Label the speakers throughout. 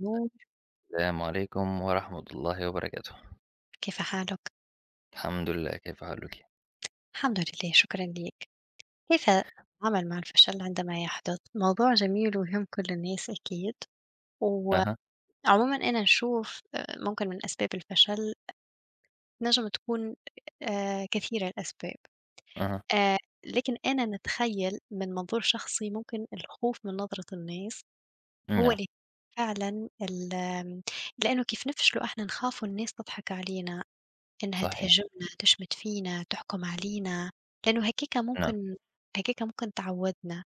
Speaker 1: نور.
Speaker 2: السلام عليكم ورحمة الله وبركاته.
Speaker 1: كيف حالك؟
Speaker 2: الحمد لله، كيف حالك؟
Speaker 1: الحمد لله شكرا ليك. كيف التعامل مع الفشل عندما يحدث؟ موضوع جميل ويهم كل الناس أكيد.
Speaker 2: أها،
Speaker 1: وعموما أنا نشوف ممكن من أسباب الفشل نجم تكون كثيرة الأسباب.
Speaker 2: أها،
Speaker 1: آه، لكن أنا نتخيل من منظور شخصي ممكن الخوف من نظرة الناس هو
Speaker 2: نعم،
Speaker 1: اللي فعلا لأنه كيف نفشلوا احنا نخافوا الناس تضحك علينا، إنها
Speaker 2: صحيح،
Speaker 1: تهاجمنا، تشمت فينا، تحكم علينا، لأنه هيكِك
Speaker 2: نعم،
Speaker 1: ممكن، هيكِك ممكن تعوّدنا،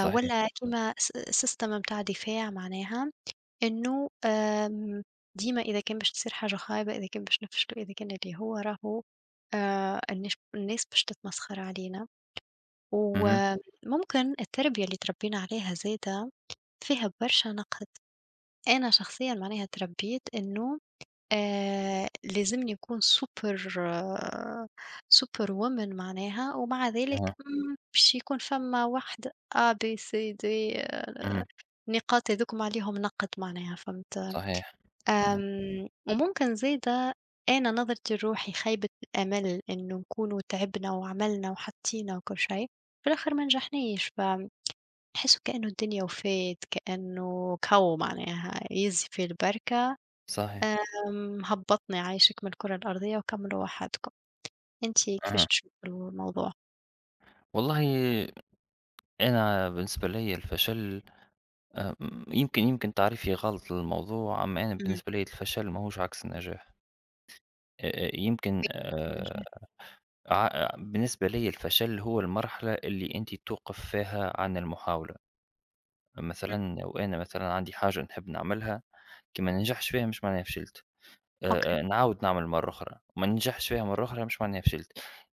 Speaker 2: صحيح،
Speaker 1: كيما سيستم متاع دفاع معناها إنه ديما إذا كان باش تصير حاجة خايبة، إذا كان باش نفشلوا، إذا كان اللي هو راهو الناس باش تتمسخر علينا،
Speaker 2: اهم،
Speaker 1: وممكن التربية اللي تربينا عليها زادة فيها برشا نقد. أنا شخصيًا معناها تربيت إنه لازمني أكون super superwoman معناها، ومع ذلك
Speaker 2: اهم،
Speaker 1: باش يكون فما واحدة ABCD
Speaker 2: اهم،
Speaker 1: النقاط هاذوكم عليهم نقد، معناها فهمت؟
Speaker 2: صحيح، صحيح،
Speaker 1: وممكن زادة أنا نظرتي لروحي خيبة الأمل إنه نكونوا تعبنا وعملنا وحطينا وكل شيء، في الآخر ما نجحنيش، فنحس وكأنه الدنيا وفات، كأنه كَو معناها يزي في البركة.
Speaker 2: صحيح،
Speaker 1: هبّطني عايشِك من الكرة الأرضية وكمّلوا وحدكم. أنتِ كيفاش
Speaker 2: أها.
Speaker 1: تشوفي الموضوع؟
Speaker 2: والله أنا بالنسبة ليّا الفشل آآ يمكن تعريفي غلط للموضوع، أما أنا
Speaker 1: إمم.
Speaker 2: بالنسبة ليّا الفشل ماهوش عكس النجاح. يمكن
Speaker 1: النجاح.
Speaker 2: ع بالنسبة ليّا الفشل هو المرحلة اللي أنتِ توقف فيها عن المحاولة.
Speaker 1: إمم.
Speaker 2: مثلًا لو أنا مثلًا عندي حاجة نحب نعملها ما ننجحش فيها مش معناها فشلت،
Speaker 1: أوكي.
Speaker 2: نعاود نعمل مرّة أخرى، ما ننجحش فيها مرّة
Speaker 1: إمم.
Speaker 2: أخرى مش معناها فشلت،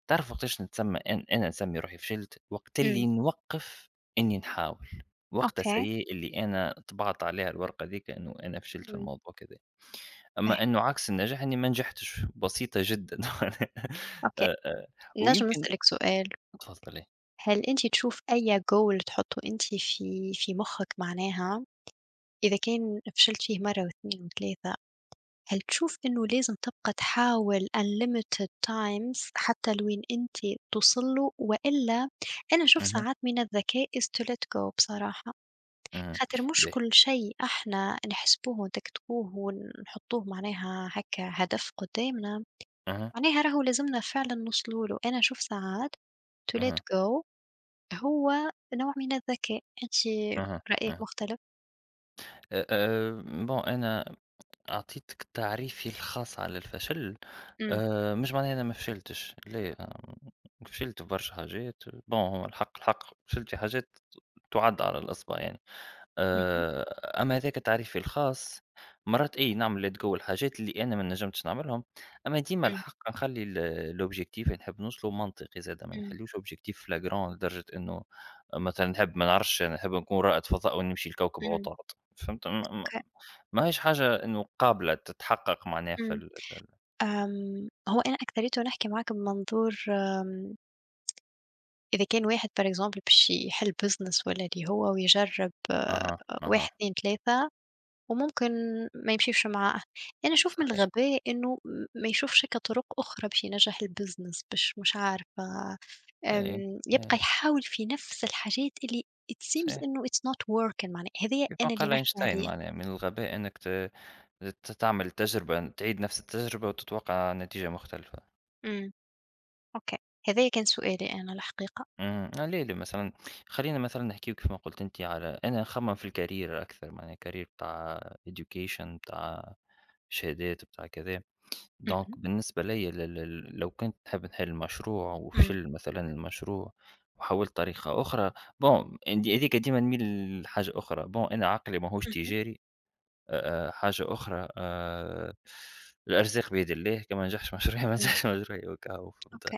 Speaker 2: تعرف وقتاش نتسمى أن أنا نسمي روحي فشلت؟ وقت
Speaker 1: إمم.
Speaker 2: اللي نوقّف إني نحاول، وقتها
Speaker 1: أوكي.
Speaker 2: سي اللي أنا طبعت عليها الورقة ذيك إنه أنا فشلت في
Speaker 1: إمم.
Speaker 2: الموضوع كذا،
Speaker 1: فاه.
Speaker 2: أما إنه عكس النجاح إني ما نجحتش، بسيطة جدًا
Speaker 1: أوكي.
Speaker 2: آآ، آآ،
Speaker 1: نجم
Speaker 2: ويمكن
Speaker 1: نسألِك سؤال،
Speaker 2: تفضل إيه،
Speaker 1: هل أنتِ تشوف أي goal تحطّه أنتِ في في مخِّك معناها إذا كان فشلت فيه مرّة و2 و3، هل تشوف إنه لازم تبقى تحاول unlimited times حتى لوين أنتِ توصل له، وإلا أنا نشوف
Speaker 2: اهم،
Speaker 1: ساعات من الذكاء is to let go بصراحة؟
Speaker 2: اهم،
Speaker 1: خاطر مش
Speaker 2: باهي،
Speaker 1: كل شيء إحنا نحسبوه ونتكتبوه ونحطوه معناها هكا هدف قدامنا،
Speaker 2: اهم،
Speaker 1: معناها راهو لازمنا فعلًا نوصلوا له. أنا نشوف ساعات to
Speaker 2: اهم،
Speaker 1: let go هو نوع من الذكاء، أنتِ
Speaker 2: اهم،
Speaker 1: رأيك
Speaker 2: اهم،
Speaker 1: مختلف؟
Speaker 2: آآ، آآ، bon أنا أعطيتك تعريفي الخاص على الفشل.
Speaker 1: إمم،
Speaker 2: مش معناها أنا ما فشلتش، لا أنا فشلت في برشا حاجات، بون هو الحق الحق فشلت في حاجات تُعَد على الأصبع يعني،
Speaker 1: اهم،
Speaker 2: أما هذاك تعريفي الخاص مرات أي نعمل let go لحاجات اللي أنا ما نجمتش نعملهم، أما ديما
Speaker 1: إمم،
Speaker 2: الحق نخلّي ال الobjectif اللي نحب نوصله منطقي زادة، ما
Speaker 1: إمم،
Speaker 2: نخليوش objectif flagrant لدرجة إنه مثلًا نحب ما نعرفش أنا نحب نكون رائد فضاء ونمشي لكوكب
Speaker 1: إمم،
Speaker 2: عطارد، فهمت؟ ما ما
Speaker 1: أوكي،
Speaker 2: ماهيش حاجة إنه قابلة تتحقق معناها في
Speaker 1: إمم.
Speaker 2: ال
Speaker 1: هو أنا أكثريته نحكي معاك بمنظور إذا كان واحد for example باش يحل business والّا اللي هو ويجرب
Speaker 2: أها، أها.
Speaker 1: 1، 2، 3 وممكن ما يمشيش معاه. أنا أشوف من
Speaker 2: صحيح،
Speaker 1: الغباء إنه ما يشوفش كطرق أخرى باش ينجح البزنس باش مش عارفة،
Speaker 2: إي،
Speaker 1: يبقى
Speaker 2: إي،
Speaker 1: يحاول في نفس الحاجات اللي it seems
Speaker 2: صحيح،
Speaker 1: إنه it's not working، معناها هذايا
Speaker 2: مثل ما
Speaker 1: أنا اللي
Speaker 2: قال
Speaker 1: نحكي
Speaker 2: أينشتاين
Speaker 1: عليه.
Speaker 2: معناها من الغباء أنك ت ت تعمل تجربة تعيد نفس التجربة وتتوقع نتيجة مختلفة،
Speaker 1: أمم. أوكي. هذايا كان سؤالي أنا الحقيقة.
Speaker 2: اهم، على الآلي مثلًا خلّينا مثلًا نحكيو كيف ما قُلت أنتِ على أنا نخمم في الcareer أكثر معناها الcareer بتاع education بتاع شهادات بتاع كذا، دونك
Speaker 1: أمم.
Speaker 2: بالنسبة ليّا ل ل لو كنت نحب نحل مشروع
Speaker 1: أمم.
Speaker 2: وفشل مثلًا المشروع وحاولت طريقة أخرى، bon هادي هاذيك ديما نميل لحاجة أخرى، bon أنا عقلي ماهوش
Speaker 1: أمم.
Speaker 2: تجاري حاجة أخرى الأرزاق بيد الله، كان ما نجحش مشروعي ما
Speaker 1: أمم،
Speaker 2: نجحش مشروعي وهاكا هو فهمت،
Speaker 1: أوكي.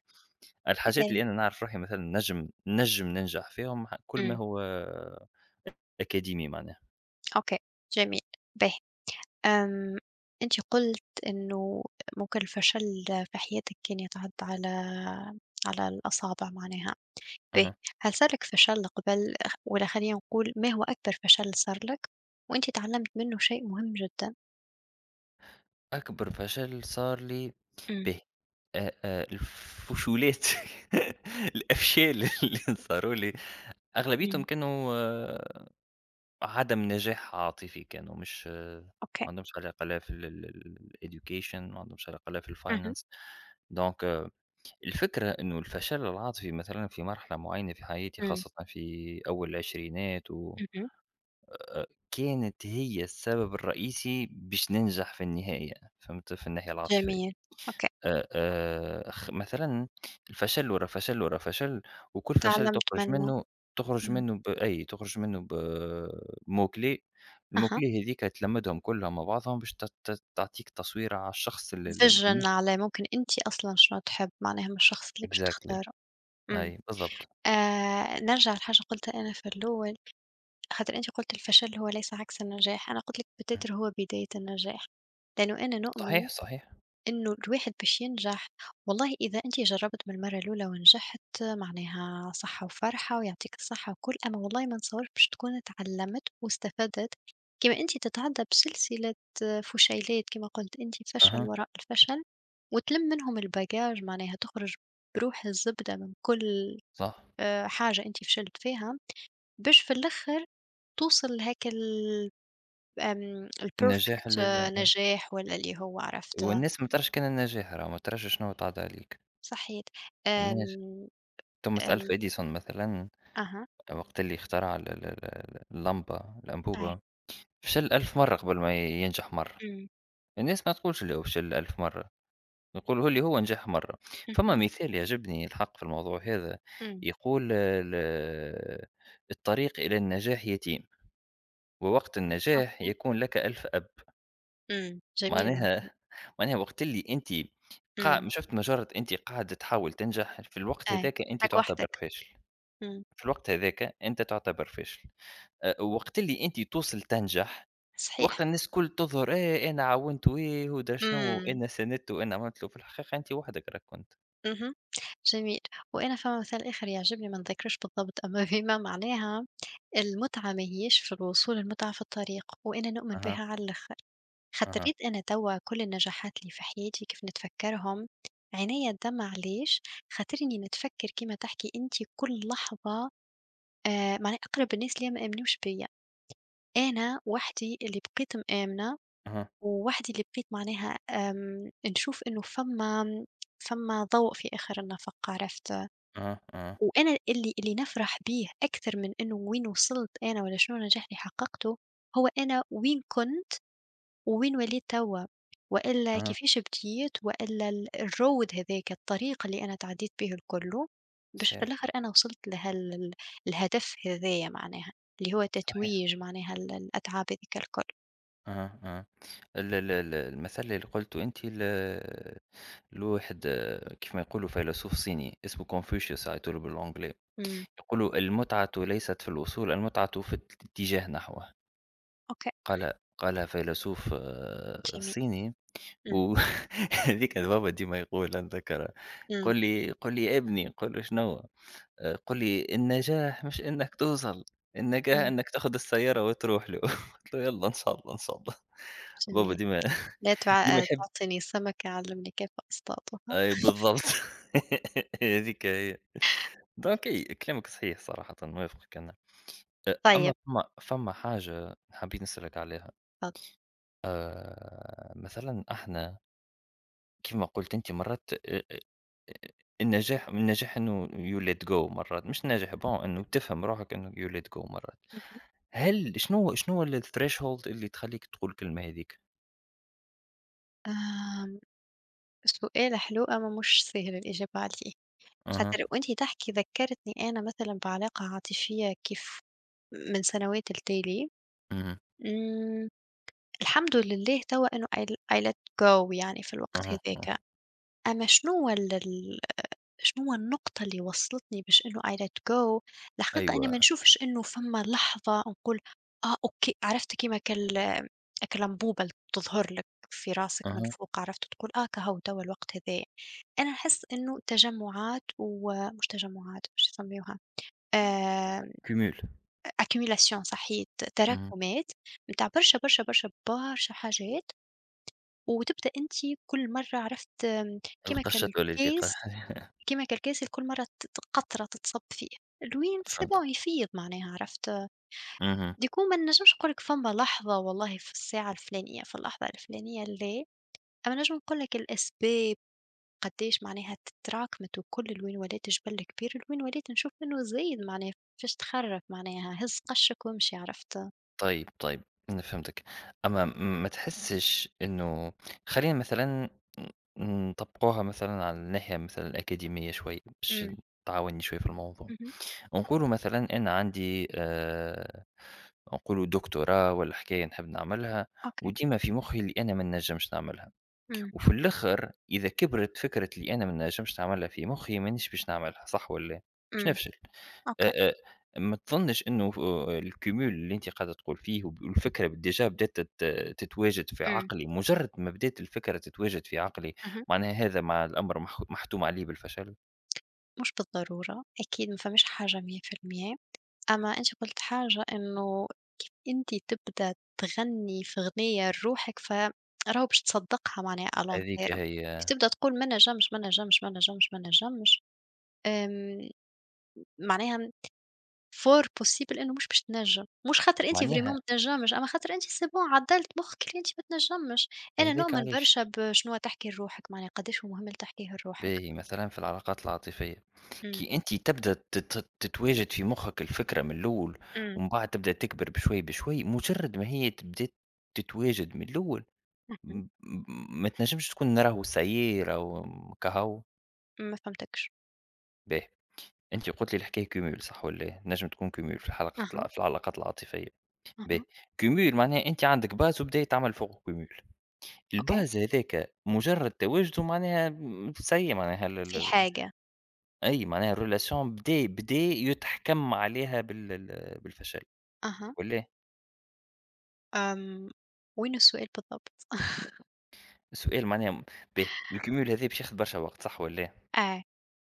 Speaker 2: الحاجات
Speaker 1: إيه.
Speaker 2: اللي أنا نعرف روحي مثلًا نجم ننجح فيهم ح كل ما
Speaker 1: أمم.
Speaker 2: هو أكاديمي معناها،
Speaker 1: أوكي. جميل. باهي. آمم، أنتِ قُلتِ إنه ممكن الفشل في حياتِك كان يتعدّى على على الأصابع معناها. باهي،
Speaker 2: أها.
Speaker 1: هل صار لِك فشل قبل والّا خلّينا نقول ما هو أكبر فشل صار لك وأنتِ اتعلمت منه شيء مهم جدًا؟
Speaker 2: أكبر فشل صار لي
Speaker 1: إمم،
Speaker 2: باهي الفشولات الأفشال اللي صاروا لي
Speaker 1: إمم،
Speaker 2: أغلبيتهم كانوا آه، عدم نجاح عاطفي، كانوا مش آه،
Speaker 1: أوكي،
Speaker 2: ما عندهمش علاقة لا في ال الeducation ما عندهمش علاقة لا في
Speaker 1: اهم،
Speaker 2: الfinance دونك الفكرة إنه الفشل العاطفي مثلًا في مرحلة معينة في حياتي
Speaker 1: إمم،
Speaker 2: خاصةً في أول العشرينات و
Speaker 1: اهم،
Speaker 2: آآ، كانت هي السبب الرئيسي باش ننجح في النهاية، فهمت؟ في الناحية العاطفية.
Speaker 1: جميل، أوكي.
Speaker 2: خ مثلًا الفشل ورا فشل ورا فشل، وكل فشل
Speaker 1: اتعلمت
Speaker 2: تخرج
Speaker 1: منه،
Speaker 2: منه تخرج
Speaker 1: إمم،
Speaker 2: منه ب أي تخرج منه ب mot-clé
Speaker 1: أها،
Speaker 2: الmot-clé هذيك تلمّدهم كلهم مع بعضهم باش ت ت تعطيك تصوير على الشخص ال
Speaker 1: vision
Speaker 2: بالنسبة
Speaker 1: على ممكن أنتِ أصلًا شنو تحب، معناها من الشخص اللي باش
Speaker 2: exactly
Speaker 1: تختاره، إمم.
Speaker 2: أي بالضبط.
Speaker 1: نرجع لحاجة قُلتها أنا في الأول. خاطر أنتِ قُلتِ الفشل هو ليس عكس النجاح، أنا قُلت لِك بالتتر هو بداية النجاح، لأنه أنا نؤمن
Speaker 2: صحيح، صحيح.
Speaker 1: إنه الواحد باش ينجح، والله إذا أنتِ جرّبت من المرة الأولى ونجحت معناها صحة وفرحة ويعطيك الصحة وكل، أما والله ما نتصورش باش تكون اتعلمت واستفدت كيما أنتِ تتعدى بسلسلة فشيلات كيما قُلت أنتِ، فشل
Speaker 2: أها.
Speaker 1: وراء الفشل وتلم منهم الباجاج، معناها تخرج بروح الزبدة من كل
Speaker 2: صح،
Speaker 1: حاجة أنتِ فشلت فيها. باش في الآخر توصل لهاك
Speaker 2: النجاح
Speaker 1: الperfect نجاح والّا اللي هو عرفت.
Speaker 2: والناس ما تراش كان النجاح راه ما تراش شنو تعدى عليك،
Speaker 1: صحيت.
Speaker 2: الناس
Speaker 1: آمم،
Speaker 2: توماس
Speaker 1: آمم
Speaker 2: ألفا إديسون مثلًا
Speaker 1: أها،
Speaker 2: وقت اللي اخترع ال ال ال اللمبة
Speaker 1: أي،
Speaker 2: الأنبوبة فشل 1000 مرة قبل ما ينجح مرة،
Speaker 1: إمم،
Speaker 2: الناس ما تقولش اللي هو فشل 1000 مرة، يقولوا اللي هو نجح مرة، فما
Speaker 1: اهم،
Speaker 2: مثال يعجبني الحق في الموضوع هذا
Speaker 1: إمم،
Speaker 2: يقول ال "الطريق إلى النجاح يتيم، ووقت النجاح
Speaker 1: أوكي،
Speaker 2: يكون لك 1000 أب."
Speaker 1: إمم، جميل المثل،
Speaker 2: معناها معناها وقت اللي أنتِ قاع
Speaker 1: إمم،
Speaker 2: شُفت مجرّد أنتِ قاعدة تحاول تنجح، في الوقت
Speaker 1: أي،
Speaker 2: هذاك أنت
Speaker 1: راك
Speaker 2: تعتبر
Speaker 1: وحدك،
Speaker 2: فاشل،
Speaker 1: إمم،
Speaker 2: في الوقت هذاك أنت تعتبر فاشل، أ وقت اللي أنتِ توصل تنجح،
Speaker 1: صحيح،
Speaker 2: وقت الناس الكل تظهر إيه أنا عاونت وإيه ودرا شنو
Speaker 1: إمم،
Speaker 2: وأنا ساندت وأنا عملت له، في الحقيقة أنت وحدك راك كنت.
Speaker 1: اهم، جميل. وأنا فما مثال آخر يعجبني ما نتذكروش بالضبط أما فيما معناها المتعة ما هياش في الوصول، المتعة في الطريق، وأنا نؤمن
Speaker 2: أها،
Speaker 1: بها على الآخر.
Speaker 2: أها،
Speaker 1: خاطريت أنا توا كل النجاحات اللي في حياتي كيف نتفكّرهم، عينيّا الدمع علاش، خاطرني نتفكّر كيما تحكي أنتِ كل لحظة معناها أقرب الناس اللي ما آمنوش بيّا، أنا وحدي اللي بقيت مآمنة،
Speaker 2: أها،
Speaker 1: ووحدي اللي بقيت معناها نشوف إنه فما، فما ضوء في آخر النفق عرفت.
Speaker 2: أها، أها،
Speaker 1: وأنا اللي نفرح بيه أكثر من إنه وين وصلت أنا والّا شنو نجاح اللي حققته، هو أنا وين كنت ووين وليت توا، وإلا
Speaker 2: أها،
Speaker 1: كيفاش بديت، وإلا الroad هاذاك، الطريق اللي أنا تعديت بيه الكلّه، باش في
Speaker 2: صحيح،
Speaker 1: الآخر أنا وصلت لهال الهدف هذايا معناها، اللي هو
Speaker 2: صحيح.
Speaker 1: تتويج معناها الأتعاب هاذيك الكل.
Speaker 2: أها، أها. ال ال ال المثل اللي قُلته أنتِ ال له واحد آه، كيف ما يقولوا فيلسوف صيني اسمه كونفوشيوس عيطوا بالانجلي
Speaker 1: إمم.
Speaker 2: يقولوا المتعة ليست في الوصول المتعة في الاتجاه نحوه
Speaker 1: أوكي.
Speaker 2: قال قالها فيلسوف آه،
Speaker 1: جميل.
Speaker 2: صيني
Speaker 1: إمم،
Speaker 2: وهذيك بابا ديما يقول نذكر
Speaker 1: إمم،
Speaker 2: قل لي قل لي يا ابني قل له شنو آه، قل لي النجاح مش انك توصل النجاح
Speaker 1: إمم،
Speaker 2: انك تاخذ السيارة وتروح له قلت له يلا ان شاء الله ان شاء الله بابا
Speaker 1: جميل.
Speaker 2: ديما
Speaker 1: لا
Speaker 2: ديما يحب
Speaker 1: تعطيني السمكة، علمني كيف أصطادها.
Speaker 2: أي بالضبط هذيك هي دونك إي كلامك صحيح صراحةً، نوافقك أنا.
Speaker 1: طيب،
Speaker 2: أما فما حاجة حبيت نسألك عليها،
Speaker 1: تفضل.
Speaker 2: مثلًا إحنا كيما قُلت أنت مرات أ أ النجاح إنه you let go مرات، مش ناجح bon إنه تفهم روحك إنه you let go مرات.
Speaker 1: اهم.
Speaker 2: هل شنو ال الthreshold اللي تخلّيك تقول الكلمة هاذيك؟
Speaker 1: آمم، سؤال حلو أما مش ساهل الإجابة عليه.
Speaker 2: أها،
Speaker 1: خاطر وأنتِ تحكي ذكّرتني أنا مثلًا بعلاقة عاطفية كيف من سنوات التالي.
Speaker 2: اهم،
Speaker 1: إمم. الحمد لله توا إنه I let go يعني في الوقت
Speaker 2: أها، أها،
Speaker 1: هذاك. أما شنوا ال شنوا النقطة اللي وصّلتني باش إنه I let go؟ الحقيقة أنا ما
Speaker 2: أيوه،
Speaker 1: نشوفش إنه فما لحظة نقول آه أوكي، عرفت كيما كال هاك الأنبوبة اللي تظهر لك في راسك من
Speaker 2: أها،
Speaker 1: فوق عرفت تقول آه كهو توا الوقت هذايا. أنا نحس إنه تجمُّعات ومش تجمُّعات باش يسميوها آآ
Speaker 2: cumul
Speaker 1: accumulation. صحيت،
Speaker 2: اهم،
Speaker 1: تراكمات متاع برشا، برشا، برشا، برشا حاجات، وتبدأ أنتِ كل مرّة عرفت كيما
Speaker 2: القشة والذي قا
Speaker 1: كالكيس، كيما كالكاسل كل مرة ت ت قطرة تتصب فيه، الويند سي
Speaker 2: فهمتك،
Speaker 1: بون يفيض معناها عرفت.
Speaker 2: اهم.
Speaker 1: ديكو ما نجمش نقول لك فما لحظة والله في الساعة الفلانية، في اللحظة الفلانية لا، أما نجم نقول لك الأسباب قديش معناها تراكمت وكل الوين ولات جبل كبير، الوين ولات نشوف إنه زايد معناها فاش تخرف معناها هز قشك وامشي عرفت.
Speaker 2: طيب، طيب، أنا فهمتِك. أما ما تحسّش إنه خلّينا مثلًا نطبّقوها مثلًا على الناحية مثلًا الأكاديمية شوي باش
Speaker 1: إمم،
Speaker 2: تعاوني شوي في الموضوع.
Speaker 1: اهم،
Speaker 2: نقولوا مثلًا أنا عندي نقولوا دكتوراه والّا حكاية نحب نعملها
Speaker 1: أوكي،
Speaker 2: وديما في مُخّي اللي أنا ما ننجمش نعملها،
Speaker 1: إمم،
Speaker 2: وفي الآخر إذا كبرت فكرة اللي أنا ما ننجمش نعملها في مُخّي مانيش باش نعملها، صح والّا؟ باش
Speaker 1: إمم،
Speaker 2: نفشل.
Speaker 1: أوكي،
Speaker 2: آآ، آآ، ما تظنّش إنه ف الcumul اللي أنتِ قاعدة تقول فيه والفكرة déjà بدات تتواجد في
Speaker 1: إمم،
Speaker 2: عقلي، مجرد ما بدات الفكرة تتواجد في عقلي،
Speaker 1: اهم.
Speaker 2: معناها هذا مع الأمر محتوم عليه بالفشل؟
Speaker 1: مش بالضرورة، أكيد ما فماش حاجة 100%. أما أنتِ قُلتِ حاجة إنه كيف أنتِ تبدأ تغني في أغنية لروحك فراهو باش تصدّقها معناها à long
Speaker 2: هذيك
Speaker 1: terme، كي
Speaker 2: هي،
Speaker 1: تبدأ تقول ما نجمش، ما نجمش، ما نجمش، ما نجمش، آمم، معناها for possible إنه مش باش تنجم، مش خاطر أنتِ vraiment
Speaker 2: معناها
Speaker 1: ما تنجمش، أما خاطر أنتِ c'est bon عدّلت مخك اللي أنتِ ما تنجمش. أنا
Speaker 2: هذاك
Speaker 1: نؤمن
Speaker 2: علاش
Speaker 1: برشا بشنوا تحكي لروحك معناها قداش هو مهم اللي تحكيه لروحك.
Speaker 2: باهي مثلًا في العلاقات العاطفية،
Speaker 1: إمم،
Speaker 2: كي أنتِ تبدا تتواجد في مخك الفكرة من الأول،
Speaker 1: إمم،
Speaker 2: ومن بعد تبدا تكبر بشوي بشوي، مجرد ما هي تبدا تتواجد من الأول،
Speaker 1: اهم.
Speaker 2: م م ما تنجمش تكون راهو ça y est راهو م كهو
Speaker 1: ما فهمتكش.
Speaker 2: باهي، أنتِ قُلتِ لي الحكاية cumul صح والّا إيه؟ نجم تكون cumul في الحلقات الع
Speaker 1: أها.
Speaker 2: في العلاقات العاطفية،
Speaker 1: أها،
Speaker 2: باهي، cumul معناها أنتِ عندك base وبداية تعمل فوقه cumul،
Speaker 1: أوكي،
Speaker 2: الbase هاذاك مجرد تواجده معناها م سي معناها ال ال
Speaker 1: في
Speaker 2: ال
Speaker 1: حاجة،
Speaker 2: أي معناها الrelation بدا يتحكم عليها بالفشل
Speaker 1: أها.
Speaker 2: والّا إيه؟
Speaker 1: آمم، وين السؤال بالضبط؟
Speaker 2: السؤال معناها م باهي، الcumul هذا باش ياخذ برشا وقت صح والّا إيه؟
Speaker 1: آه،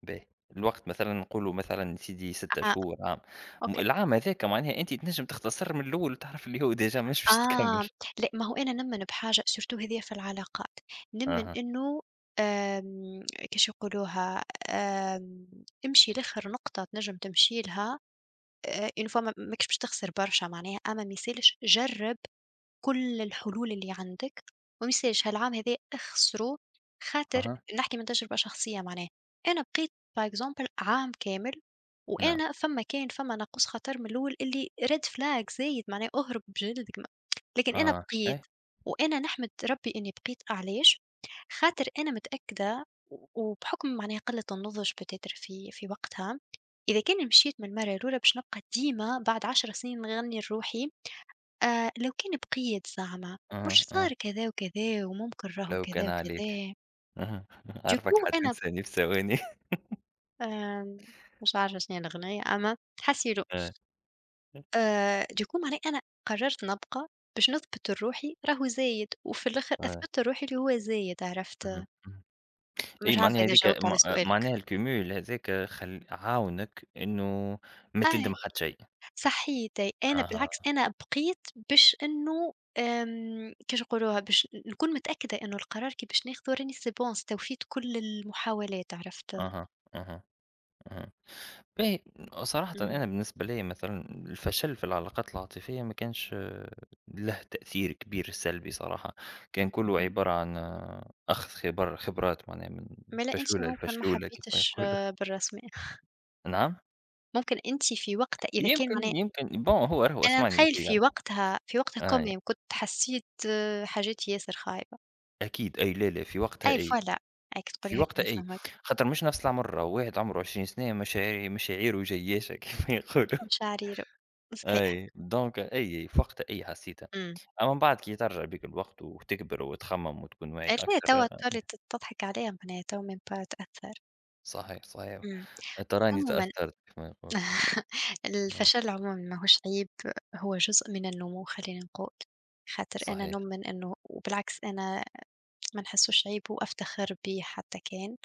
Speaker 2: باهي، الوقت مثلًا نقولوا مثلًا يا سيدي 6
Speaker 1: آه،
Speaker 2: شهور، عام، م
Speaker 1: أوكي،
Speaker 2: العام هذاك معناها أنتِ تنجم تختصر من الأول وتعرف اللي هو déjà مش باش تكمل.
Speaker 1: آه. لأ ما هو أنا نمن بحاجة surtout هذيا في العلاقات، نمن
Speaker 2: أها،
Speaker 1: إنه آمم، كيش يقولوها، آمم، امشي لآخر نقطة تنجم تمشي لها une fois ما ماكش باش تخسر برشا معناها، أما ما يسالش جرّب كل الحلول اللي عندِك، وما يسالش هالعام هاذاه اخسروا. خاطر
Speaker 2: أها،
Speaker 1: نحكي من تجربة شخصية معناه، أنا بقيت par exemple عام كامل،
Speaker 2: نعم،
Speaker 1: وأنا فما كان فما ناقوس خطر من الأول اللي red flag زايد معناه اهرب بجلدك لكن أنا
Speaker 2: آه،
Speaker 1: بقيت.
Speaker 2: أي،
Speaker 1: وأنا نحمد ربي إني بقيت علاش؟ خاطر أنا متأكدة وبحكم معناها قلة النضج peut-être في وقتها، إذا كان مشيت من المرة الأولى باش نبقى ديما بعد 10 سنين نغني لروحي لو كان بقيت زعمة
Speaker 2: أها،
Speaker 1: مش صار
Speaker 2: آه،
Speaker 1: كذا وكذا وممكن راهو
Speaker 2: لو
Speaker 1: كذا
Speaker 2: كان عليك،
Speaker 1: وكذا.
Speaker 2: اهم، عارفك
Speaker 1: دوكو أنا
Speaker 2: حتنساني في ثواني
Speaker 1: آمم مش عارفة شنيا الأغنية أما تحسي له.
Speaker 2: آه،
Speaker 1: دوكو معناه أنا قررت نبقى باش نثبت لروحي راهو زايد، وفي الآخر
Speaker 2: آه،
Speaker 1: أثبت لروحي اللي هو زايد عرفت.
Speaker 2: اهم، اهم، أي
Speaker 1: مش
Speaker 2: معناها
Speaker 1: عارفة إذا
Speaker 2: هاذيك
Speaker 1: جاوبت
Speaker 2: م
Speaker 1: على سؤالك.
Speaker 2: معناها الcumul هذاك خل عاونك إنه ما
Speaker 1: آه،
Speaker 2: تندم حتى شيء،
Speaker 1: صحيتي. أنا
Speaker 2: أها،
Speaker 1: بالعكس أنا بقيت باش إنه كيفاش نقولوها، باش نكون متأكدة إنه القرار كي باش ناخده راني سي بون استوفيت كل المحاولات عرفت.
Speaker 2: أها، أها، أها. باهي، صراحةً
Speaker 1: إمم،
Speaker 2: أنا بالنسبة ليّا مثلًا الفشل في العلاقات العاطفية ما كانش آه، له تأثير كبير سلبي صراحة، كان كلّه
Speaker 1: اهم.
Speaker 2: عبارة عن آه، أخذ خبرات معناها من
Speaker 1: ما لأ أنتِ
Speaker 2: فشلولة
Speaker 1: ممكن ما
Speaker 2: لفشلولة كيف ما
Speaker 1: حبيتش
Speaker 2: يقولوا،
Speaker 1: بالرسمي،
Speaker 2: نعم؟
Speaker 1: ممكن أنتِ في وقتها إذا كان معناه
Speaker 2: يمكن bon هو راهو
Speaker 1: أنا
Speaker 2: اسمعني
Speaker 1: نتخيّل
Speaker 2: أخي
Speaker 1: في وقتها في وقتها
Speaker 2: أي
Speaker 1: كمان كنت حسيت حاجات ياسر خايبة.
Speaker 2: أكيد أي لا، لا في وقتها
Speaker 1: أي
Speaker 2: أي،
Speaker 1: فوالا، هاك تقولي
Speaker 2: في
Speaker 1: هاك
Speaker 2: وقتها
Speaker 1: أنا
Speaker 2: أي،
Speaker 1: فاهماك.
Speaker 2: خاطر مش نفس العمر راهو واحد عمره 20 سنة مشاعره جياشة كيف ما يقولوا.
Speaker 1: مشاعري ر صحيح،
Speaker 2: أي، دونك أي فوقتها أي حسيتها،
Speaker 1: إمم.
Speaker 2: أما من بعد كي ترجع بيك الوقت وتكبر وتخمم وتكون واعي
Speaker 1: أ لا
Speaker 2: أكثر
Speaker 1: توا
Speaker 2: آه،
Speaker 1: تولي تضحك عليها معناها توا من بعد تأثّر.
Speaker 2: صحيح، صحيح،
Speaker 1: إمم.
Speaker 2: تراني
Speaker 1: عمومًا
Speaker 2: تأثرت كما يقولوا، آه،
Speaker 1: الفشل عمومًا ماهوش عيب، هو جزء من النمو خلّينا نقول، خاطر أنا
Speaker 2: صحيح،
Speaker 1: نؤمن إنه وبالعكس أنا ما نحسوش عيب وأفتخر بيه حتى كان،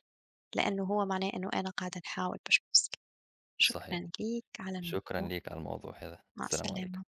Speaker 1: لإنه هو معناه إنه أنا قاعدة نحاول باش نوصل.
Speaker 2: صحيح،
Speaker 1: شكرًا ليك على
Speaker 2: شكرًا
Speaker 1: الموضوع.
Speaker 2: ليك على الموضوع هذا،
Speaker 1: مع
Speaker 2: السلام عليكم.
Speaker 1: السلامة.